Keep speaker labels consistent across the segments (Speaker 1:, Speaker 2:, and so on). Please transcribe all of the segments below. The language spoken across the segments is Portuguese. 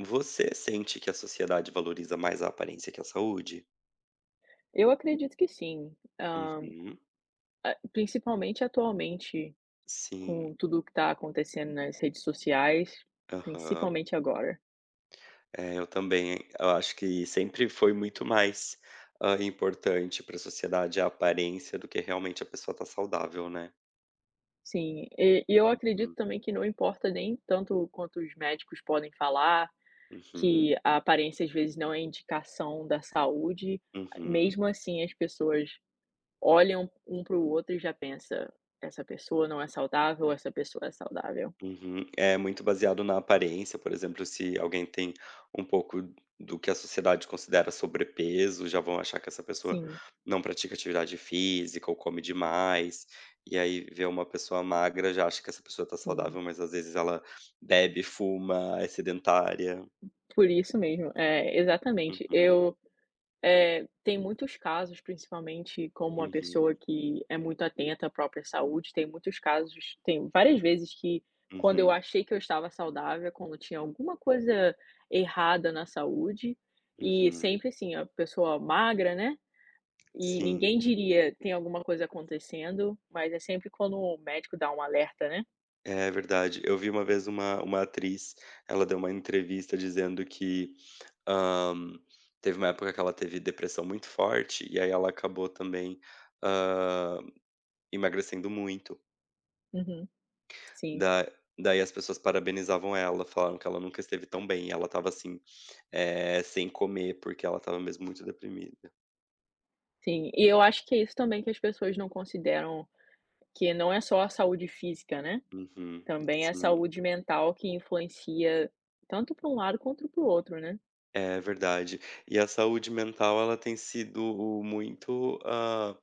Speaker 1: Você sente que a sociedade valoriza mais a aparência que a saúde?
Speaker 2: Eu acredito que sim. Hã,
Speaker 1: Uhum.
Speaker 2: a Principalmente atualmente,
Speaker 1: Sim.
Speaker 2: com tudo o que está acontecendo nas redes sociais,
Speaker 1: Aham.
Speaker 2: principalmente agora.
Speaker 1: É, eu também. Eu acho que sempre foi muito mais, importante para a sociedade a aparência do que realmente a pessoa tá saudável, né.
Speaker 2: Sim, e eu acredito
Speaker 1: Hum.
Speaker 2: também que não importa nem tanto quanto os médicos podem falar,
Speaker 1: Uhum.
Speaker 2: que a aparência às vezes não é indicação da saúde.
Speaker 1: Uhum.
Speaker 2: Mesmo assim, as pessoas olham um para o outro e já pensa: "Essa pessoa não é saudável, essa pessoa é saudável".
Speaker 1: Uhum. É muito baseado na aparência, por exemplo, se alguém tem um pouco do que a sociedade considera sobrepeso, já vão achar que essa pessoa
Speaker 2: Sim,
Speaker 1: não pratica atividade física ou come demais. E aí vê uma pessoa magra, já acha que essa pessoa está
Speaker 2: sim.
Speaker 1: saudável, mas às vezes ela bebe, fuma, é sedentária.
Speaker 2: Por isso mesmo, é, exatamente.
Speaker 1: Uhum,
Speaker 2: Tem muitos casos, principalmente como uma
Speaker 1: uhum,
Speaker 2: pessoa que é muito atenta à própria saúde. Tem muitos casos, tem várias vezes que quando eu
Speaker 1: uhum,
Speaker 2: achei que eu estava saudável, é quando tinha alguma coisa errada na saúde, e
Speaker 1: uhum.
Speaker 2: sempre assim, a pessoa magra, né? E
Speaker 1: Sim.
Speaker 2: ninguém diria: "Tem alguma coisa acontecendo", mas é sempre quando o médico dá um alerta, né.
Speaker 1: É verdade. Eu vi uma vez uma atriz, ela deu uma entrevista dizendo que, hã, teve uma época que ela teve depressão muito forte, e aí ela acabou também, hã, emagrecendo muito.
Speaker 2: Uhum. Sim,
Speaker 1: Da daí as pessoas parabenizavam ela, falaram que ela nunca esteve tão bem, e ela estava assim, sem comer, porque ela estava mesmo muito deprimida.
Speaker 2: sim. E eu acho que é isso também que as pessoas não consideram, que não é só a saúde física, né,
Speaker 1: Uhum.
Speaker 2: também é a
Speaker 1: Sim,
Speaker 2: saúde mental que influencia tanto para um lado quanto para o outro, né.
Speaker 1: é verdade. E a saúde mental ela tem sido muito, hã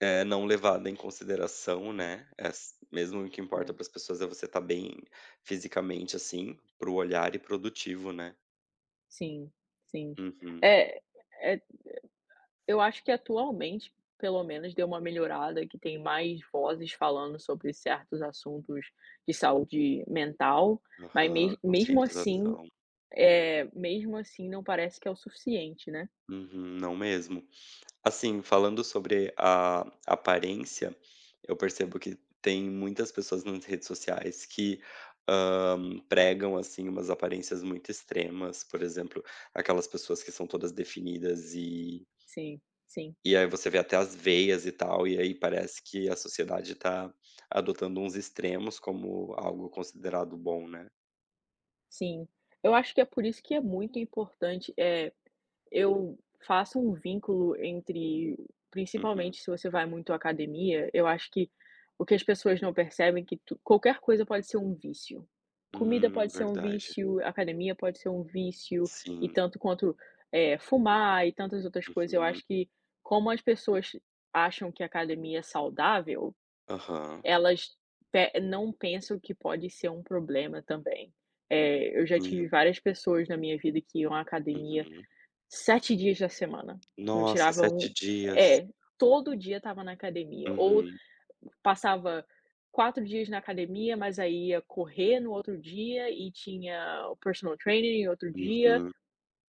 Speaker 1: É, não levada em consideração, né, ess mesmo o que importa
Speaker 2: É.
Speaker 1: para as pessoas é você estar bem fisicamente, assim, para o olhar e produtivo, né.
Speaker 2: Sim, sim.
Speaker 1: Uhum.
Speaker 2: É é eu acho que atualmente, pelo menos, deu uma melhorada, que tem mais vozes falando sobre certos assuntos de saúde mental, mas
Speaker 1: Aham.
Speaker 2: mesmo assim,
Speaker 1: Conscientização.
Speaker 2: é mesmo assim não parece que é o suficiente, né.
Speaker 1: Uhum. Não mesmo. Assim, falando sobre a aparência, eu percebo que tem muitas pessoas nas redes sociais que, pregam, assim, umas aparências muito extremas, por exemplo, aquelas pessoas que são todas definidas e
Speaker 2: Sim, sim,
Speaker 1: E aí você vê até as veias e tal, e aí parece que a sociedade tá adotando uns extremos como algo considerado bom, né.
Speaker 2: sim. Eu acho que é por isso que é muito importante. Eu faço um vínculo entre,
Speaker 1: Uhum.
Speaker 2: principalmente se você vai muito à academia. Eu acho que o que as pessoas não percebem é que tu qualquer coisa pode ser um vício. Comida pode ser um
Speaker 1: Verdade.
Speaker 2: vício, academia pode ser um vício, e
Speaker 1: Sim.
Speaker 2: tanto quanto, fumar e tantas outras coisas. Eu
Speaker 1: Uhum.
Speaker 2: acho que como as pessoas acham que a academia é saudável,
Speaker 1: Aham.
Speaker 2: elas pe não pensam que pode ser um problema também. Eu já tive
Speaker 1: Sim.
Speaker 2: várias pessoas na minha vida que iam à academia
Speaker 1: Uhum.
Speaker 2: 7 dias da semana. Não
Speaker 1: Nossa,
Speaker 2: tirava
Speaker 1: 7
Speaker 2: um
Speaker 1: dias.
Speaker 2: é, todo dia estava na academia, ou
Speaker 1: Uhum.
Speaker 2: passava 4 dias na academia, mas aí ia correr no outro dia e tinha o personal training em outro dia,
Speaker 1: Uhum.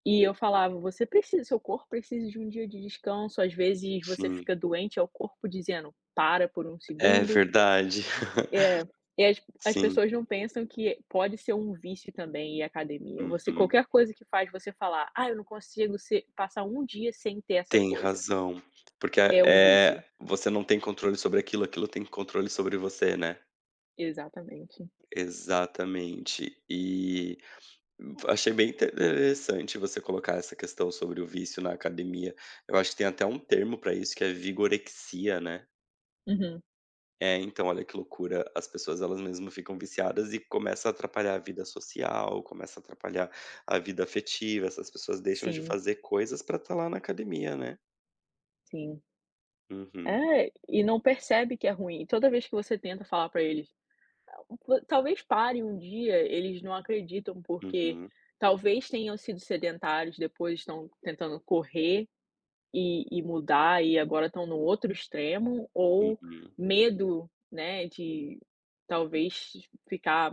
Speaker 2: e eu falava: "Você precisa, seu corpo precisa de um dia de descanso, às vezes você
Speaker 1: Sim.
Speaker 2: fica doente, é o corpo dizendo: 'Para por um
Speaker 1: É
Speaker 2: segundo'".
Speaker 1: verdade.
Speaker 2: É, e as
Speaker 1: Sim.
Speaker 2: pessoas não pensam que pode ser um vício também ir à academia. Você,
Speaker 1: Uhum.
Speaker 2: qualquer coisa que faz você falar: "Ah, eu não consigo ser passar um dia sem ter essa
Speaker 1: Tem
Speaker 2: coisa",
Speaker 1: razão. Porque,
Speaker 2: é um
Speaker 1: é
Speaker 2: vício.
Speaker 1: você não tem controle sobre aquilo, aquilo tem controle sobre você, né.
Speaker 2: Exatamente.
Speaker 1: Exatamente. E achei bem interessante você colocar essa questão sobre o vício na academia. Eu acho que tem até um termo pra isso que é vigorexia, né.
Speaker 2: Uhum.
Speaker 1: É, então, olha que loucura, as pessoas elas mesmas ficam viciadas e começa a atrapalhar a vida social, começa a atrapalhar a vida afetiva, essas pessoas deixam de
Speaker 2: Sim,
Speaker 1: fazer coisas pra estar lá na academia, né.
Speaker 2: sim.
Speaker 1: Uhum,
Speaker 2: É, e não percebe que é ruim. Toda vez que você tenta falar pra eles: "Tal- Talvez pare um dia", eles não acreditam, porque
Speaker 1: uhum,
Speaker 2: talvez tenham sido sedentários, depois estão tentando correr. E mudar, e agora estão no outro extremo, ou
Speaker 1: uhum.
Speaker 2: medo, né, de talvez ficar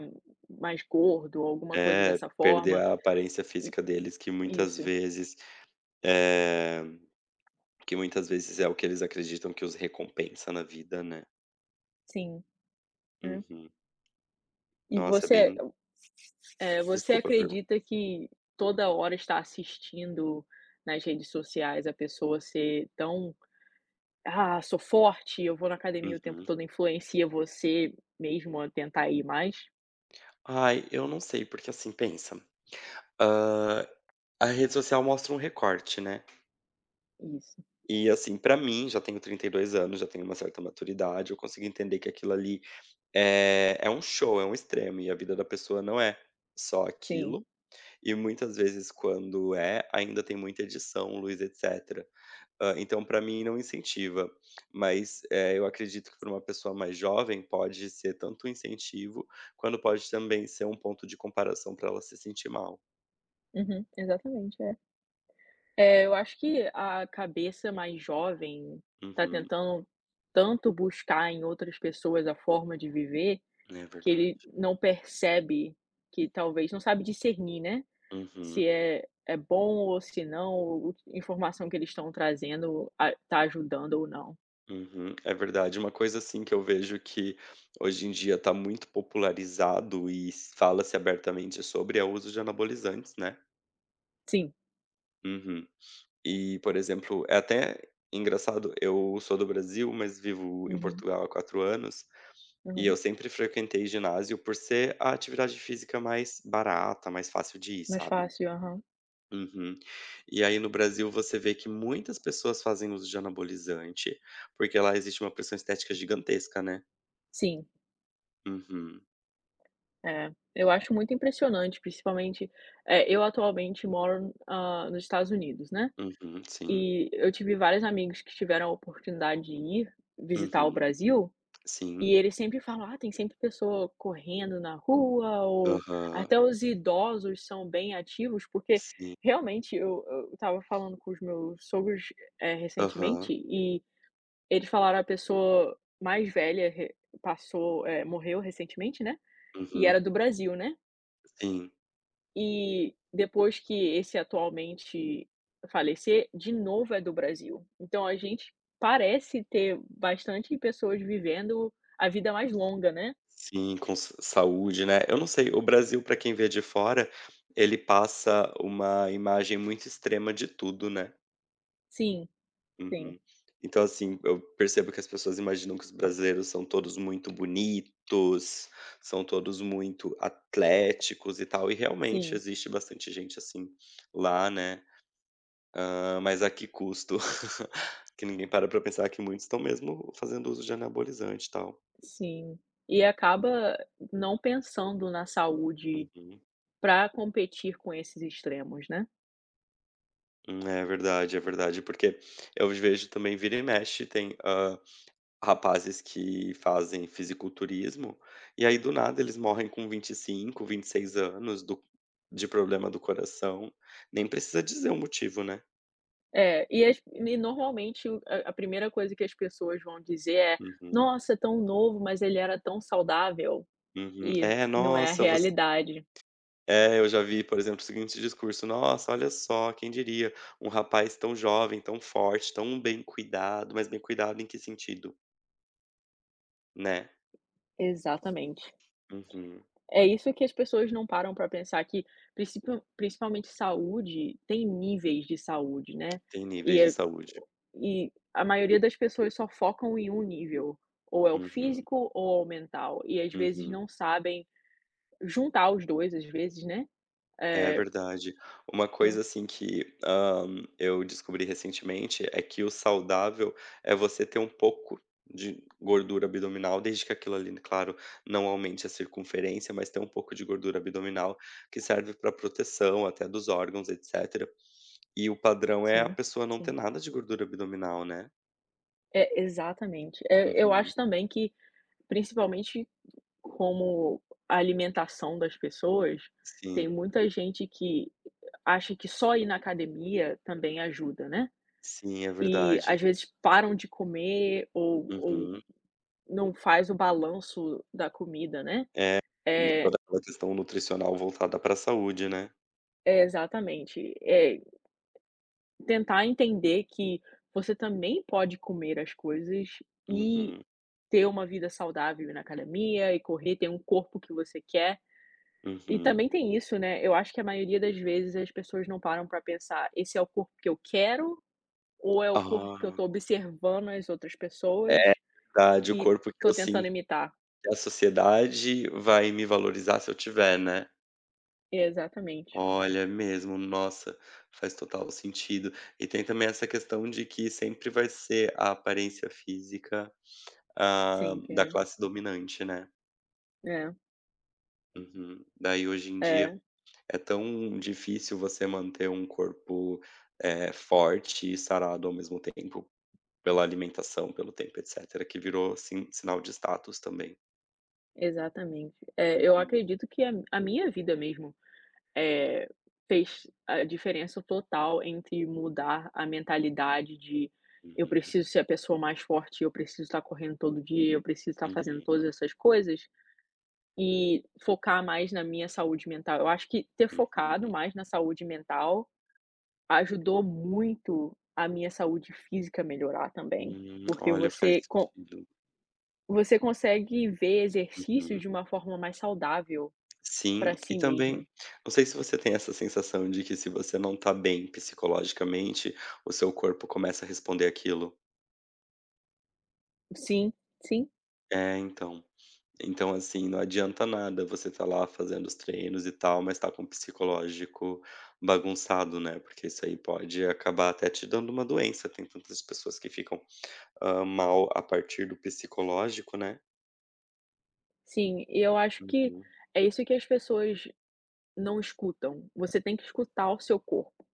Speaker 2: mais gordo ou alguma coisa
Speaker 1: É,
Speaker 2: dessa
Speaker 1: perder
Speaker 2: forma.
Speaker 1: a aparência
Speaker 2: I
Speaker 1: física deles que muitas
Speaker 2: isso,
Speaker 1: vezes, eh, que muitas vezes é o que eles acreditam que os recompensa na vida, né.
Speaker 2: sim, né.
Speaker 1: Uhum.
Speaker 2: E
Speaker 1: Nossa, é
Speaker 2: você,
Speaker 1: bem
Speaker 2: eh, você
Speaker 1: desculpa a pergunta.
Speaker 2: acredita que toda hora está assistindo nas redes sociais a pessoa ser tão: "Ah, sou forte, eu vou na academia o tempo
Speaker 1: Uhum.
Speaker 2: todo", influencia você mesmo a tentar ir mais?
Speaker 1: Ai, eu não sei, porque assim, pensa, hã, a rede social mostra um recorte, né,
Speaker 2: Isso.
Speaker 1: e assim, pra mim, já tenho 32 anos, já tenho uma certa maturidade, eu consigo entender que aquilo ali é um show, é um extremo, e a vida da pessoa não é só
Speaker 2: Sim.
Speaker 1: aquilo, e muitas vezes quando é, ainda tem muita edição, luz, etc. Então para mim não incentiva, mas, eu acredito que para uma pessoa mais jovem pode ser tanto um incentivo, quando pode também ser um ponto de comparação para ela se sentir mal.
Speaker 2: Uhum, exatamente, é. É, eu acho que a cabeça mais jovem está
Speaker 1: Uhum,
Speaker 2: tentando tanto buscar em outras pessoas a forma de viver,
Speaker 1: é
Speaker 2: que
Speaker 1: verdade.
Speaker 2: ele não percebe, que talvez não sabe discernir, né, se
Speaker 1: Uhum,
Speaker 2: é bom ou se não, ou o a informação que eles estão trazendo está ajudando ou não.
Speaker 1: uhum, é verdade. Uma coisa, assim, que eu vejo que hoje em dia está muito popularizado e s fala-se abertamente sobre é o uso de anabolizantes, né.
Speaker 2: Sim.
Speaker 1: Uhum. E, por exemplo, é até engraçado, eu sou do Brasil, mas vivo em
Speaker 2: Uhum,
Speaker 1: Portugal há 4 anos, e
Speaker 2: uhum.
Speaker 1: eu sempre frequentei ginásio por ser a atividade física mais barata, mais fácil de ir,
Speaker 2: Mais
Speaker 1: sabe.
Speaker 2: fácil, aham.
Speaker 1: Uhum. E aí no Brasil você vê que muitas pessoas fazem uso de anabolizante, porque lá existe uma pressão estética gigantesca, né.
Speaker 2: Sim,
Speaker 1: Uhum.
Speaker 2: é. Eu acho muito impressionante, principalmente, eu atualmente moro, nos Estados Unidos, né.
Speaker 1: Uhum, sim.
Speaker 2: E eu tive vários amigos que tiveram a oportunidade de ir visitar o
Speaker 1: Uhum.
Speaker 2: Brasil,
Speaker 1: Sim.
Speaker 2: e eles sempre falam: "Ah, tem sempre pessoa correndo na rua", ou
Speaker 1: Aham.
Speaker 2: até os idosos são bem ativos, porque
Speaker 1: Sim.
Speaker 2: realmente, eu estava falando com os meus sogros, recentemente,
Speaker 1: Aham.
Speaker 2: e eles falaram a pessoa mais velha re passou, morreu recentemente, né, e era
Speaker 1: Uhum.
Speaker 2: do Brasil, né.
Speaker 1: Sim.
Speaker 2: E depois que esse atualmente falecer, de novo é do Brasil. Então a gente parece ter bastante pessoas vivendo a vida mais longa, né.
Speaker 1: Sim, com s saúde, né. Eu não sei, o Brasil pra quem vê de fora, ele passa uma imagem muito extrema de tudo, né.
Speaker 2: Sim, sim,
Speaker 1: Uhum. Então, assim, eu percebo que as pessoas imaginam que os brasileiros são todos muito bonitos, são todos muito atléticos e tal, e realmente
Speaker 2: sim,
Speaker 1: existe bastante gente assim lá, né? Ah, mas a que custo? Que ninguém para pra pensar que muitos estão mesmo fazendo uso de anabolizante e tal.
Speaker 2: sim. E acaba não pensando na saúde
Speaker 1: Uhum.
Speaker 2: para competir com esses extremos, né.
Speaker 1: É verdade, é verdade, porque eu vejo também vira e mexe, tem rapazes que fazem fisiculturismo, e aí do nada eles morrem com vinte e cinco, 26 anos do de problema do coração, nem precisa dizer o motivo, né.
Speaker 2: É, e normalmente o a primeira coisa que as pessoas vão dizer é:
Speaker 1: Uhum,
Speaker 2: "Nossa, é tão novo, mas ele era tão saudável",
Speaker 1: uhum.
Speaker 2: e
Speaker 1: É,
Speaker 2: não é a
Speaker 1: nossa, você
Speaker 2: realidade.
Speaker 1: é, eu já vi, por exemplo, o seguinte discurso: "Nossa, olha só, quem diria, um rapaz tão jovem, tão forte, tão bem cuidado", mas bem cuidado em que sentido, né.
Speaker 2: Exatamente.
Speaker 1: Uhum.
Speaker 2: É isso que as pessoas não param para pensar, que principalmente saúde, tem níveis de saúde, né.
Speaker 1: Tem
Speaker 2: E
Speaker 1: níveis de
Speaker 2: é
Speaker 1: saúde.
Speaker 2: e a maioria das pessoas só focam em um nível, ou é o
Speaker 1: Uhum,
Speaker 2: físico ou é o mental, e às vezes
Speaker 1: uhum.
Speaker 2: não sabem juntar os 2 às vezes, né.
Speaker 1: É
Speaker 2: Eh,
Speaker 1: verdade. Uma
Speaker 2: É,
Speaker 1: coisa assim que, eu descobri recentemente é que o saudável é você ter um pouco de gordura abdominal, desde que aquilo ali, claro, não aumente a circunferência, mas ter um pouco de gordura abdominal que serve para proteção até dos órgãos, etcétera. E o padrão é a
Speaker 2: sim,
Speaker 1: pessoa não ter
Speaker 2: sim.
Speaker 1: nada de gordura abdominal, né.
Speaker 2: É, exatamente. Eu
Speaker 1: Uhum.
Speaker 2: acho também que, principalmente como a alimentação das pessoas, tem
Speaker 1: Sim,
Speaker 2: muita gente que acha que só ir na academia também ajuda, né.
Speaker 1: sim, é
Speaker 2: E às
Speaker 1: verdade.
Speaker 2: vezes param de comer, ou
Speaker 1: Uhum.
Speaker 2: não faz o balanço da comida, né.
Speaker 1: É,
Speaker 2: É,
Speaker 1: toda aquela questão nutricional voltada para a saúde, né.
Speaker 2: exatamente. É, tentar entender que você também pode comer as coisas e
Speaker 1: Uhum,
Speaker 2: ter uma vida saudável, na academia e correr, ter um corpo que você quer. E
Speaker 1: uhum.
Speaker 2: também tem isso, né, eu acho que a maioria das vezes as pessoas não param para pensar: "Esse é o corpo que eu quero ou é o corpo que eu
Speaker 1: Ah,
Speaker 2: tô observando as outras
Speaker 1: é
Speaker 2: pessoas?"
Speaker 1: verdade, o
Speaker 2: E
Speaker 1: corpo que
Speaker 2: tô
Speaker 1: eu
Speaker 2: tentando
Speaker 1: sinto
Speaker 2: imitar.
Speaker 1: que a sociedade vai me valorizar se eu tiver, né.
Speaker 2: Exatamente.
Speaker 1: Olha, é mesmo, nossa, faz total sentido. E tem também essa questão de que sempre vai ser a aparência física,
Speaker 2: Sempre
Speaker 1: da
Speaker 2: é.
Speaker 1: classe dominante, né.
Speaker 2: É,
Speaker 1: Uhum. Daí hoje em dia
Speaker 2: é,
Speaker 1: é tão difícil você manter um corpo, forte e sarado ao mesmo tempo, pela alimentação, pelo tempo, etcétera, que virou sinal de status também.
Speaker 2: exatamente. É, eu
Speaker 1: Uhum.
Speaker 2: acredito que a minha vida mesmo, eh, fez a diferença total entre mudar a mentalidade de: "Eu
Speaker 1: Uhum,
Speaker 2: preciso ser a pessoa mais forte, eu preciso estar correndo todo dia, eu preciso estar fazendo
Speaker 1: uhum,
Speaker 2: todas essas coisas", e focar mais na minha saúde mental. Eu acho que ter focado
Speaker 1: uhum.
Speaker 2: mais na saúde mental ajudou muito a minha saúde física melhorar também, porque
Speaker 1: Olha, faz
Speaker 2: você con
Speaker 1: sentido.
Speaker 2: você consegue ver exercícios
Speaker 1: Uhum.
Speaker 2: de uma forma mais saudável
Speaker 1: Sim,
Speaker 2: para
Speaker 1: e
Speaker 2: si mesmo.
Speaker 1: também, não sei se você tem essa sensação de que se você não tá bem psicologicamente, o seu corpo começa a responder aquilo.
Speaker 2: Sim, sim,
Speaker 1: É, então. Então, assim, não adianta nada você tá lá fazendo os treinos e tal, mas tá com o psicológico bagunçado, né? Porque isso aí pode acabar até te dando uma doença. Tem tantas pessoas que ficam mal a partir do psicológico, né?
Speaker 2: sim. E eu acho que
Speaker 1: Uhum,
Speaker 2: é isso que as pessoas não escutam. Você tem que escutar o seu corpo.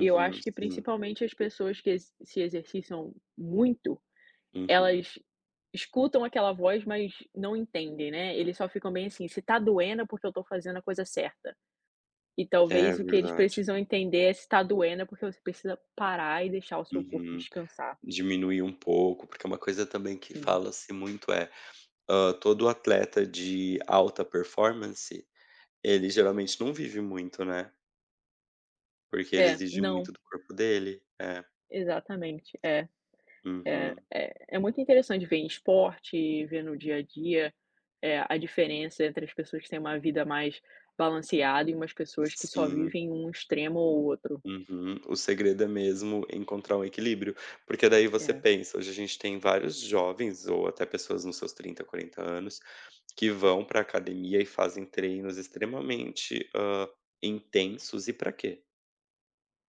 Speaker 2: E eu acho que
Speaker 1: sim.
Speaker 2: principalmente as pessoas que ex se exercitam muito,
Speaker 1: Uhum.
Speaker 2: elas escutam aquela voz, mas não entendem, né. Eles só ficam bem assim: "Se tá doendo é porque eu tô fazendo a coisa certa". E
Speaker 1: É
Speaker 2: talvez o que eles
Speaker 1: verdade.
Speaker 2: precisam entender é, se tá doendo, é porque você precisa parar e deixar o seu corpo
Speaker 1: Uhum.
Speaker 2: descansar,
Speaker 1: Diminuir um pouco, porque é uma coisa também que
Speaker 2: sim.
Speaker 1: fala-se muito é, todo atleta de alta performance, ele geralmente não vive muito, né, porque ele
Speaker 2: É,
Speaker 1: exige muito
Speaker 2: não,
Speaker 1: do corpo dele. É.
Speaker 2: exatamente,
Speaker 1: Uhum.
Speaker 2: muito interessante ver em esporte, ver no dia a dia, a diferença entre as pessoas que têm uma vida mais balanceada e umas pessoas que só
Speaker 1: Sim.
Speaker 2: vivem um extremo ou outro.
Speaker 1: Uhum. O segredo é mesmo encontrar um equilíbrio, porque daí você
Speaker 2: É.
Speaker 1: pensa, hoje a gente tem vários jovens ou até pessoas nos seus 30, 40 anos, que vão para academia e fazem treinos extremamente, intensos e para quê?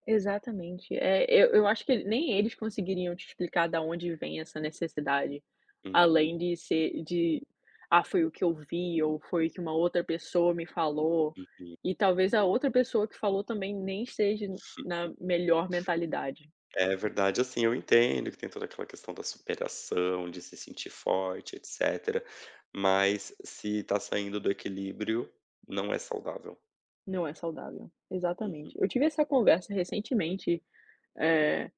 Speaker 2: Exatamente. É, eu acho que nem eles conseguiriam te explicar da onde vem essa necessidade, além
Speaker 1: Uhum,
Speaker 2: de ser de: "Ah, foi o que eu vi" ou "Foi o que uma outra pessoa me falou",
Speaker 1: uhum.
Speaker 2: e talvez a outra pessoa que falou também nem esteja na melhor mentalidade.
Speaker 1: É verdade, assim, eu entendo que tem toda aquela questão da superação, de se sentir forte, etcétera, mas se tá saindo do equilíbrio, não é saudável.
Speaker 2: Não é saudável.
Speaker 1: Uhum,
Speaker 2: Exatamente. Eu tive essa conversa recentemente, eh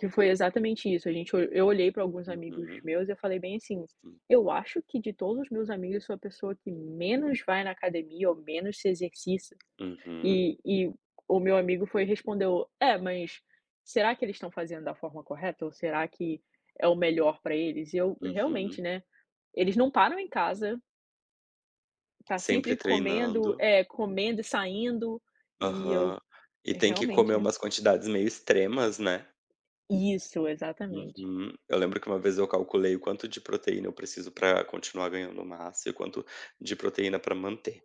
Speaker 2: Que foi exatamente isso, eu olhei para alguns amigos
Speaker 1: uhum,
Speaker 2: meus e eu falei bem assim:
Speaker 1: sim.
Speaker 2: "Eu acho que de todos os meus amigos eu sou a pessoa que menos vai na academia ou menos se exercita".
Speaker 1: Uhum,
Speaker 2: E o meu amigo foi e respondeu: "É, mas será que eles estão fazendo da forma correta ou será que é o melhor para eles?". E eu realmente,
Speaker 1: uhum.
Speaker 2: né, eles não param em casa, tá sempre
Speaker 1: Sempre
Speaker 2: comendo,
Speaker 1: treinando.
Speaker 2: é comendo e saindo, e eu
Speaker 1: Aham. E tem que
Speaker 2: realmente,
Speaker 1: comer
Speaker 2: né?
Speaker 1: umas quantidades meio extremas, né.
Speaker 2: Isso, exatamente.
Speaker 1: Uhum. Eu lembro que uma vez eu calculei o quanto de proteína eu preciso para continuar ganhando massa e o quanto de proteína para manter.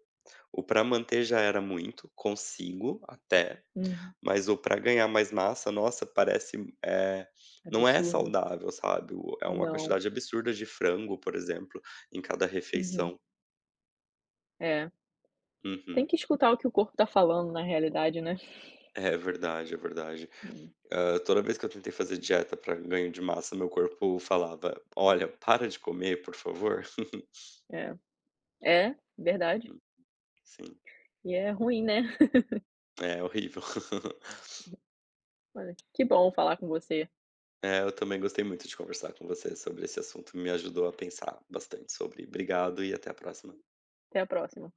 Speaker 1: O para manter já era muito, consigo até,
Speaker 2: Uhum,
Speaker 1: mas o para ganhar mais massa, nossa, parece, é não é
Speaker 2: absurdo.
Speaker 1: saudável, sabe. O é uma
Speaker 2: Não.
Speaker 1: quantidade absurda de frango, por exemplo, em cada
Speaker 2: Uhum.
Speaker 1: refeição.
Speaker 2: É, tem
Speaker 1: Uhum.
Speaker 2: que escutar o que o corpo tá falando na realidade, né.
Speaker 1: É verdade, é verdade.
Speaker 2: Hum,
Speaker 1: Toda vez que eu tentei fazer dieta para ganho de massa, meu corpo falava: "Olha, para de comer, por favor".
Speaker 2: é. É, verdade.
Speaker 1: Sim,
Speaker 2: E é ruim, né.
Speaker 1: é horrível.
Speaker 2: Olha, que bom falar com você.
Speaker 1: É, eu também gostei muito de conversar com você sobre esse assunto, me ajudou a pensar bastante sobre. Obrigado e até a próxima.
Speaker 2: Até a próxima.